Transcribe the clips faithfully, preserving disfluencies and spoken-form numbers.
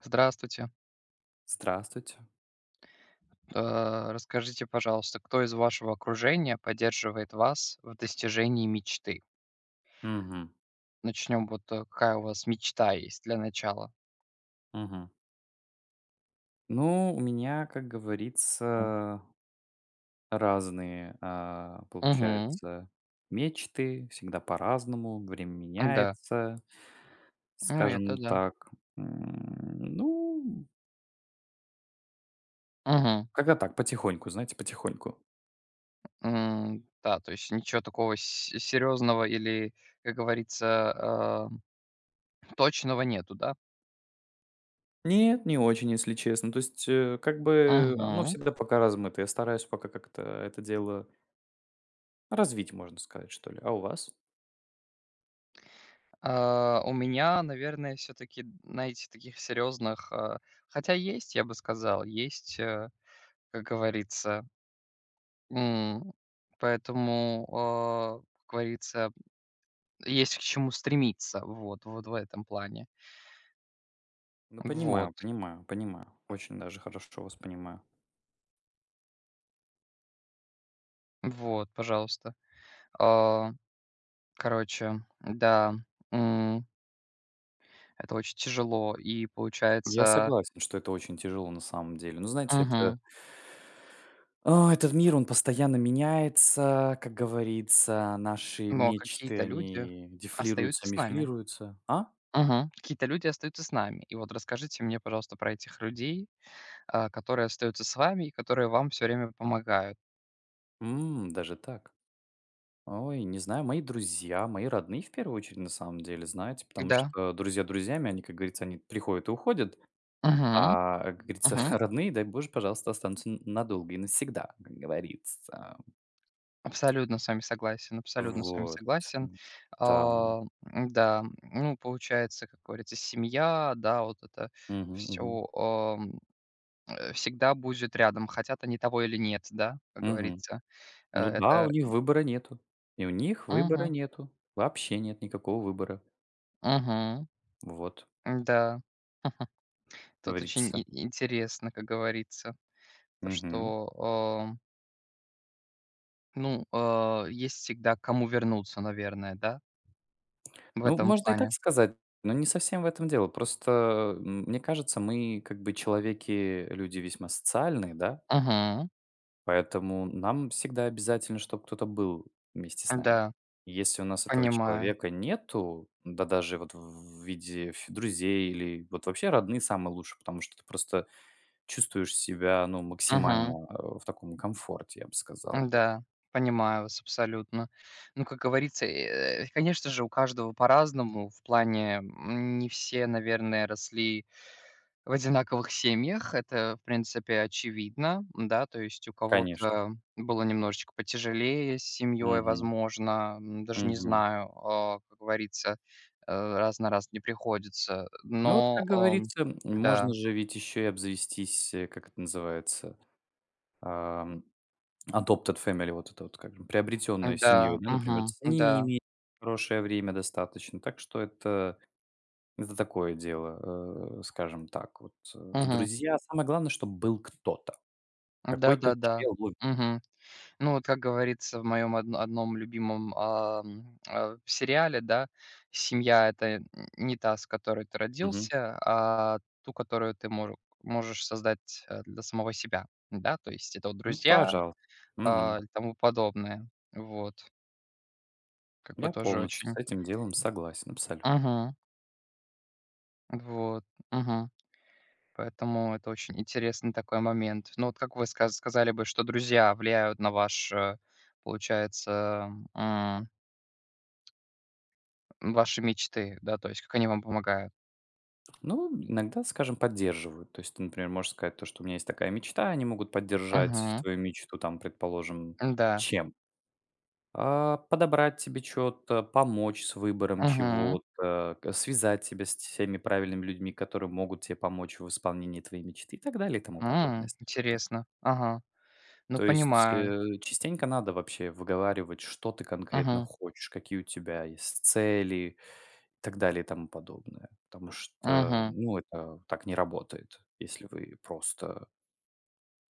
Здравствуйте. Здравствуйте. Э, Расскажите, пожалуйста, кто из вашего окружения поддерживает вас в достижении мечты? Мгм. Начнем вот, э, какая у вас мечта есть для начала. Мгм. Ну, у меня, как говорится, разные, а, Угу. получается, мечты, всегда по-разному, время Да. меняется. Ну это Скажем да. так, м, ну, Угу. когда так, потихоньку, знаете, потихоньку. Да, то есть ничего такого серьезного или, как говорится, э, точного нету, да? Нет, не очень, если честно. То есть, э, как бы оно Угу. всегда пока размыто. Я стараюсь пока как-то это дело развить, можно сказать, что ли. А у вас? А, у меня, наверное, все-таки, знаете, таких серьезных, э, хотя есть, я бы сказал, есть, э, как говорится... М, поэтому, а, как говорится, есть к чему стремиться. Вот вот в этом плане. Ну, Вот понимаю, понимаю, понимаю. Очень даже хорошо вас понимаю. вот, пожалуйста. А, короче, да, м, это очень тяжело. И Я получается. согласен, что это очень тяжело на самом деле. Ну, знаете, это, Мгм. а, этот мир, он постоянно меняется, как говорится. Наши Но мечты, какие-то люди они остаются дефлируются, с нами. мифлируются. А? Мгм. Какие-то люди остаются с нами. И вот расскажите мне, пожалуйста, про этих людей, а, которые остаются с вами и которые вам все время помогают. М, даже так. Ой, не знаю, мои друзья, мои родные в первую очередь на самом деле, знаете, потому Да. что друзья друзьями, они, как говорится, они приходят и уходят, Угу. а, как говорится, Мгм. родные, дай боже, пожалуйста, останутся н- надолго и навсегда, как говорится. Абсолютно с вами согласен, абсолютно с вами Вот. согласен. Да. А, м-да, ну, получается, как говорится, семья, да, вот это Мгм, все мгм, всегда будет рядом, хотят они того или нет, да, как мгм. говорится. Э, Ну да, у это них выбора нету. И у них выбора Мгм, нету. Вообще нет никакого выбора. мгм, Вот, да. Тут очень говорится. и интересно, как говорится, то, Мгм. что, ам, ну, а, есть всегда к кому вернуться, наверное, да, в Ну, этом можно и так плане. сказать, но не совсем в этом дело. Просто, м, мне кажется, мы как бы человеки, люди весьма социальные, да, Мгм, поэтому нам всегда обязательно, чтобы кто-то был вместе с нами. да, Если у нас этого понимаю. человека нету, да даже вот в виде ф друзей или вот вообще родные самые лучшие, потому что ты просто чувствуешь себя, ну, Мгм. максимально, э, в таком комфорте, я бы сказал бы. Да, понимаю вас абсолютно. Ну, как говорится, э, конечно же, у каждого по-разному. В плане, м, не все, наверное, росли в одинаковых семьях. Это, в принципе, очевидно, да. То есть у Конечно. кого-то было немножечко потяжелее с семьей, Мгм. возможно, м, даже не Мгм. знаю, а, как говорится, э, раз на раз не приходится. Ну, вот, Но, как ам, говорится, м, да, можно же ведь еще и обзавестись, э, как это называется, ам, adopted family, вот это вот, как приобретенная семьей, да, да, например. мгм, С ними да, иметь хорошее время достаточно. Так что это это такое дело, э, скажем так. Вот, э, это мгм, друзья. Самое главное, чтобы был кто-то, какой-то да-да-да, человек. мгм. Ну, вот как говорится в моем одн одном любимом, ам, а, сериале, да, семья — это н не та, с которой ты Мгм. родился, а ту, которую ты мор можешь создать, э, для самого себя. Да, то есть это вот Ну, друзья, пожалуйста. а, Мгм. и тому подобное. Вот. Как бы Я тоже полностью с очень... этим делом согласен, абсолютно. Мгм. Вот. Мгм. Поэтому это очень интересный такой момент. Ну, вот как вы сказ сказали бы, что друзья влияют на ваш, э, получается, ваши мечты, да, то есть как они вам помогают? Ну, иногда, скажем, поддерживают. То есть ты, например, можешь сказать то, что у меня есть такая мечта, они могут поддержать Мгм. твою мечту, там, предположим, Да. чем? А, подобрать тебе что-то, помочь с выбором Мгм. чего-то, к- связать тебя с теми правильными людьми, которые могут тебе помочь в исполнении твоей мечты и так далее и тому подобное, М, скажем так. интересно. Ага. Ну, То есть, понимаю. э, частенько надо вообще выговаривать, что ты конкретно Мгм. хочешь, какие у тебя есть цели и так далее и тому подобное. Потому что, Мгм. ну, это так не работает. Если вы просто,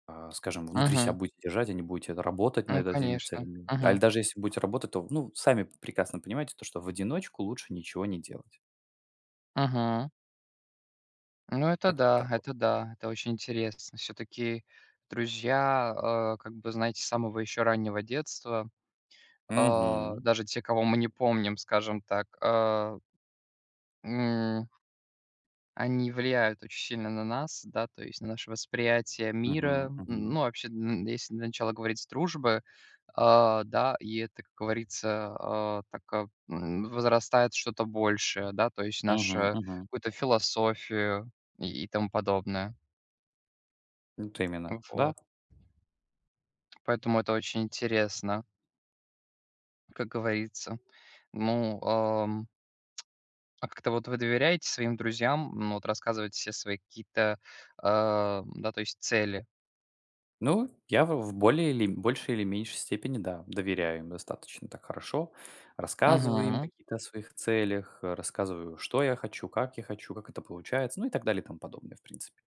а, скажем, внутри себя Мгм. будете держать, а не будете работать Ну над этими конечно. целями. А или Мгм. даже если будете работать, то, ну, сами прекрасно понимаете, то, что в одиночку лучше ничего не делать. Мгм. Ну, это Как-то да, так. это да, это очень интересно. Все таки друзья, э, как бы, знаете, с самого еще раннего детства, а, Угу, даже те, кого мы не помним, скажем так. а, м Они влияют очень сильно на нас, да, то есть на наше восприятие угу, мира. Н угу, ну, вообще, н если для начала говорить с дружбы, а, да, и это, как говорится, а, так, а, м, возрастает что-то большее, да, то есть угу, наша мгм. какую-то философию и и тому подобное. Вот именно. Да. Вот, поэтому это очень интересно, как говорится. Ну, ам, а как-то вот вы доверяете своим друзьям, ну, вот рассказывать все свои какие-то, а, да, то есть цели? Ну, я в в более или большей или меньшей степени, да, доверяю им достаточно так хорошо. Рассказываю им Угу, какие-то о своих целях, э, рассказываю, что я хочу, как я хочу, как это получается, ну и так далее и тому подобное, в принципе.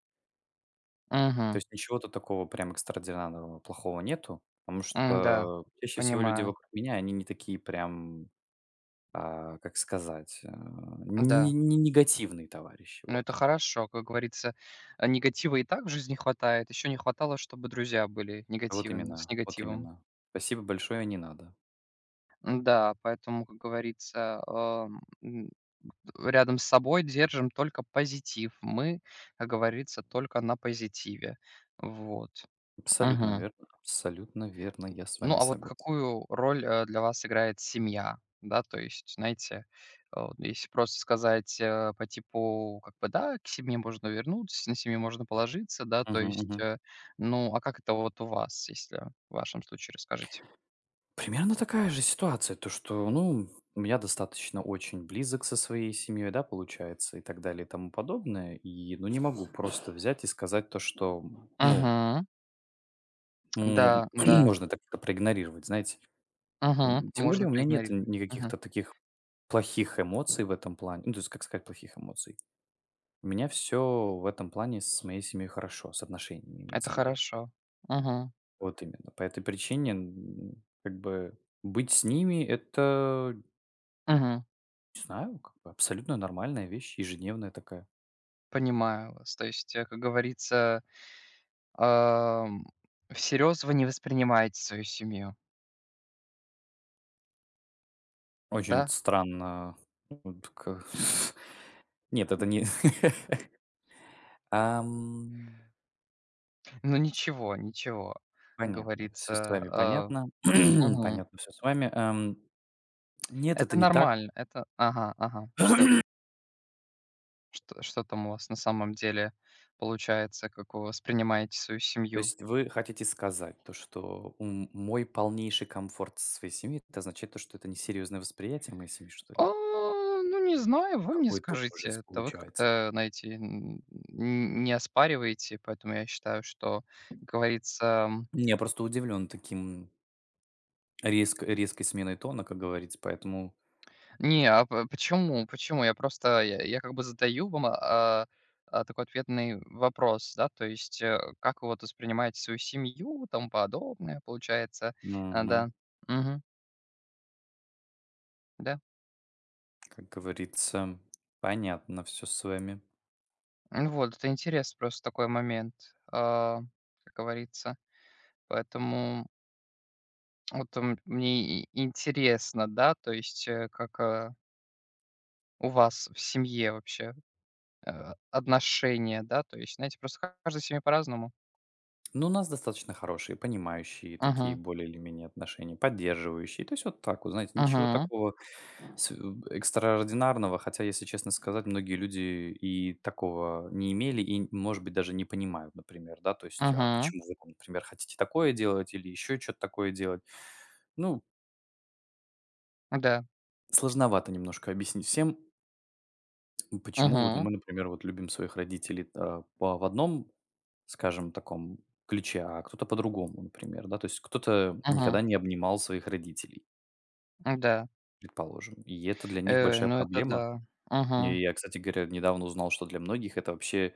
То угу. есть ничего тут такого прям экстраординарного плохого нету, потому М-да, что чаще всего люди понимаю. вокруг меня, они не такие прям, а, как сказать, а, не Да, не негативные товарищи, но вот. это хорошо, как говорится. А негатива и так в жизни хватает. Еще не хватало, чтобы друзья были Вот негативно с именно, вот негативом. именно. Спасибо большое, не надо. М-да, поэтому, как говорится, ам, м, рядом с собой держим только позитив. Мы, как говорится, только на позитиве. Вот. Абсолютно верно, абсолютно верно, я с Ну, вами а вот согласен. какую роль, э, для вас играет семья? Да, то есть, знаете, э, вот если просто сказать, э, по типу, как бы, да, к семье можно вернуться, на семью можно положиться, да, то Мгм, есть... мгм. э, ну, а как это вот у вас, если в вашем случае расскажите? Примерно такая же ситуация, то что, ну, я достаточно очень близок со своей семьей, да, получается, и так далее и тому подобное. И, ну, не могу просто взять и сказать то, что, ну, Мгм. м, Да, да. можно это как-то проигнорировать, знаете. Мгм. М, тем более Можно у меня нет н- проигнорировать. Мгм. никаких-то таких плохих эмоций в этом плане. Ну, то есть, как сказать, плохих эмоций. У меня все в этом плане с моей семьей хорошо, с отношениями Это имеется в виду. хорошо. Мгм. Вот именно. По этой причине, м, как бы, быть с ними это Мгм. не знаю, как бы абсолютно нормальная вещь, ежедневная такая. Понимаю вас. То есть, э, как говорится, ам, всерьез вы не воспринимаете свою семью, Очень да? странно. Вот к Нет, это не Ам, Ну ничего, ничего, как понятно, все с говорится. вами А, понятно. мгм. Понятно все с вами. Ам, нет, это Это не так. нормально. Это ага, ага. Что что что там у вас на самом деле получается, как вы воспринимаете свою То семью? есть вы хотите сказать то, что м мой полнейший комфорт со своей семьей — это означает то, что это несерьезное восприятие моей семьи, что А, ли? ну, не знаю, вы мне Какой-то скажите. ужас Это вы получается. как-то, знаете, н н- не оспариваете, поэтому я считаю, что, как говорится... Я просто удивлен таким резк резкой сменой тона, как говорится, поэтому Не, а п почему почему? Я просто я я как бы задаю вам, а, а, такой ответный вопрос, да, то есть, э, как вы вот воспринимаете свою семью, тому подобное, получается. А, мгм. да. Мгм. Да. Как говорится, понятно все с вами. Ну вот, это интересный просто такой момент, а, как говорится. Поэтому вот, м, мне и интересно, да, то есть, э, как, а, у вас в семье вообще, э, отношения, да, то есть, знаете, просто каждая семья по-разному. Ну, у нас достаточно хорошие, понимающие такие Мгм. более или менее отношения, поддерживающие. То есть вот так вот, знаете, ничего Мгм. такого с э, экстраординарного. Хотя, если честно сказать, многие люди и такого не имели, и, может быть, даже не понимают, например, да. То есть, а Мгм. почему вы, там, например, хотите такое делать или еще что то такое делать? Ну, Да. сложновато немножко объяснить всем. Ну, почему вот Мгм. мы, например, вот любим своих родителей а, по в одном, скажем, таком ключе, а кто-то по-другому, например, да? То есть кто-то Мгм. никогда не обнимал своих родителей, Да. предположим, и это для них Э, большая Ну это проблема. да. И Мгм. я, кстати говоря, недавно узнал, что для многих это вообще,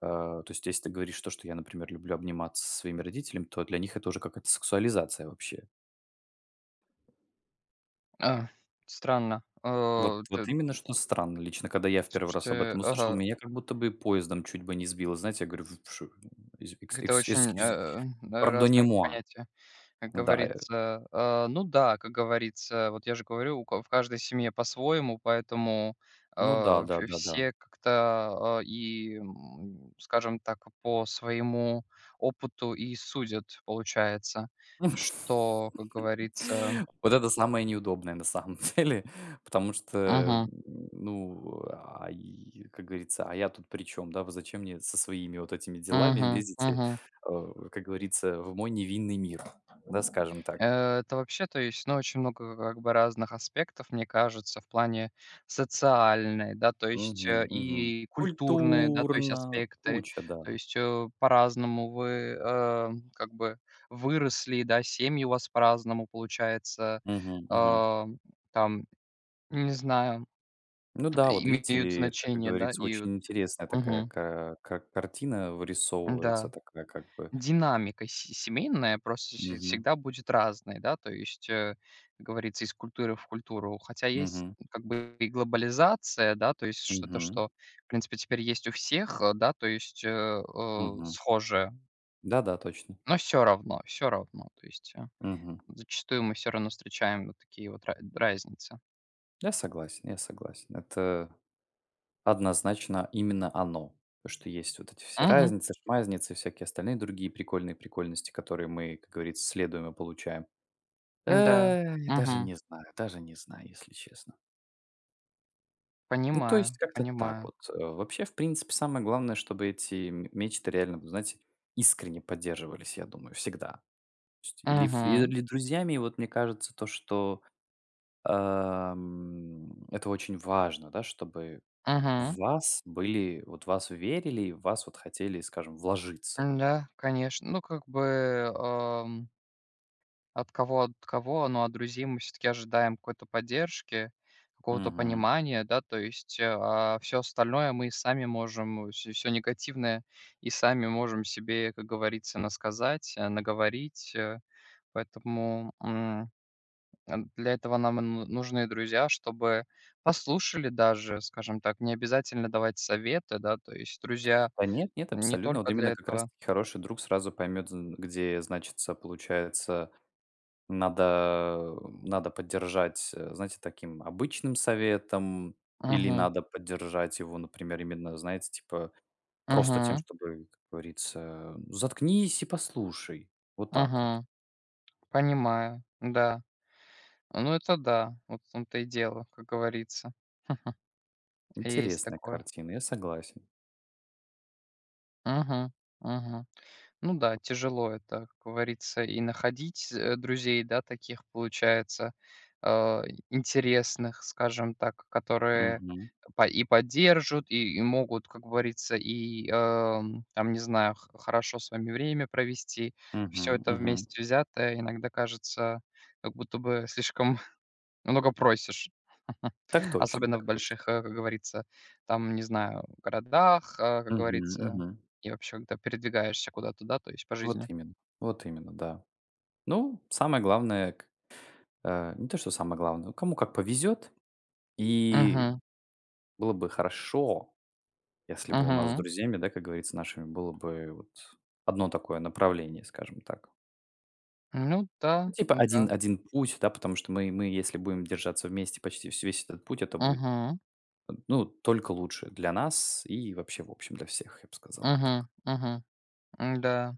а, то есть если ты говоришь то, что я, например, люблю обниматься со своими родителями, то для них это уже какая-то сексуализация вообще. А, странно. Вот Э, т вот именно что странно. Лично, когда я в первый раз об Слушайте, этом услышал, ага, меня как будто бы поездом чуть бы не сбило. Знаете, я говорю: "В шо из экс это экс очень, excuse э, да, разные pardonnez-moi". понятия, как Да, э, говорится. Э, ну да, как говорится, вот я же говорю, у ка в каждой семье по-своему, поэтому, ну да, э, вс да-да-да. все как-то, э, и, м, скажем так, по своему опыту и судят, получается, что, как говорится... Вот это самое неудобное на самом деле, потому что, м, Мгм. ну, а, и, как говорится, а я тут при чём, да? Вы зачем мне со своими вот этими делами Мгм, лезете, мгм. э, как говорится, в мой невинный мир, да, скажем так. Э, это вообще, то есть, ну, очень много как бы разных аспектов, мне кажется, в плане социальной, да, то есть, Мгм, э, мгм. и культурные, да, то есть Культурно, аспекты. куча, да. То есть, э, по-разному вы, э, как бы выросли, да, семьи у вас по-разному, получается, Мгм, мгм. а, там, не знаю, Ну да, вот видите имеют ли, это, как значение, да, говорится, и вот. очень интересная такая Мгм. ка ка картина вырисовывается, Да. такая как бы. Динамика се семейная просто вс Мгм, всегда будет разной, да, то есть, э, как говорится, из культуры в культуру. Хотя есть мгм, как бы и глобализация, да, то есть что-то, мгм, что, в принципе, теперь есть у всех, э, да, то есть, э, э, мгм. схожее. Да-да, точно. Но все равно, все равно, то есть, э, Мгм. зачастую мы все равно встречаем вот такие вот ра разницы. Я согласен, я согласен. Это однозначно именно оно. То, что есть вот эти все Мгм. разницы, шмазницы, всякие остальные другие прикольные прикольности, которые мы, как говорится, следуем и получаем. Да. Эй, даже Мгм. не знаю, даже не знаю, если честно. Ну, то есть Понимаю, как-то так понимаю. вот. Э, вообще, в принципе, самое главное, чтобы эти м мечты реально, вот знаете, искренне поддерживались, я думаю, всегда. То есть или ф Мгм. или друзьями. И вот мне кажется, то, что, ам, это очень важно, да, чтобы в Мгм. вас были, вот вас верили и в вас вот хотели, скажем, вложиться. Да, конечно. Ну, как бы, эм, от кого от кого, но от друзей мы все таки ожидаем какой-то поддержки, какого-то Мгм. понимания, да, то есть, все остальное мы и сами можем, все негативное и сами можем себе, как говорится, насказать, э, наговорить. э. Поэтому, м, э, для этого нам и ну нужны друзья, чтобы послушали даже, скажем так. Не обязательно давать советы, да, то есть друзья Да нет, нет, не абсолютно. Вот только для именно как раз этого. таки хороший друг сразу поймет, где значится, получается надо надо поддержать, э, знаете, таким обычным советом или Мгм, надо поддержать его, например, именно, знаете, типа просто тем, мгм, чтобы, как говорится, "заткнись и послушай". Вот так вот. мгм. Понимаю, да. А, ну это да, вот в том-то и дело, как говорится. Есть Интересная такое. картина, я согласен. Мгм, мгм. Ну да, тяжело это, как говорится, и находить, э, друзей, да, таких, получается, а, интересных, скажем так, которые Мгм, по и поддержат, и и могут, как говорится, и, ам, там, не знаю, х хорошо с вами время провести. мгм, Все это мгм. вместе взятое иногда кажется, как будто бы слишком много просишь. Так точно, Особенно в так точно. больших, э, как говорится, там, не знаю, городах, а, как Мгм, говорится, мгм. и вообще, когда передвигаешься куда-то, да, то есть по Вот жизни. именно, вот именно, да. Ну, самое главное, к э, не то, что самое главное, кому как повезет, и Угу, было бы хорошо, если бы у нас с угу. друзьями, да, как говорится, нашими было бы вот одно такое направление, скажем так. Ну да, Ну, типа да. один один путь, да, потому что мы мы, если будем держаться вместе почти вс весь этот путь, это будет, Угу, э, ну, только лучше для нас и вообще, в общем, для всех, я бы сказал бы угу, так. угу. Да.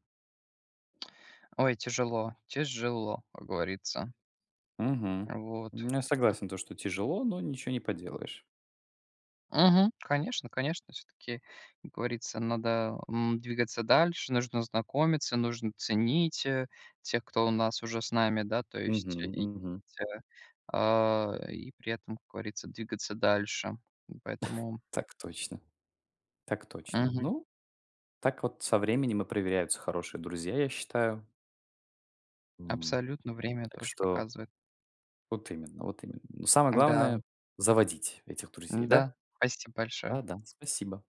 Ой, тяжело, тяжело, как говорится. Угу. Вот. Я согласен, то, что тяжело, но ничего не поделаешь. Мгм. Конечно, конечно, все-таки, как говорится, надо м, двигаться дальше, нужно знакомиться, нужно ценить э, тех, кто у нас уже с нами, да, то есть Мгм, э, и, мгм. э, а, и при этом, как говорится, двигаться дальше. Поэтому Так точно, так точно. мгм, Ну, так вот со временем и проверяются хорошие друзья, я считаю. М, абсолютно время так тоже что показывает. вот именно, вот именно. Но самое Да, главное — заводить этих друзей, да, да? спасибо большое. Да-да, спасибо.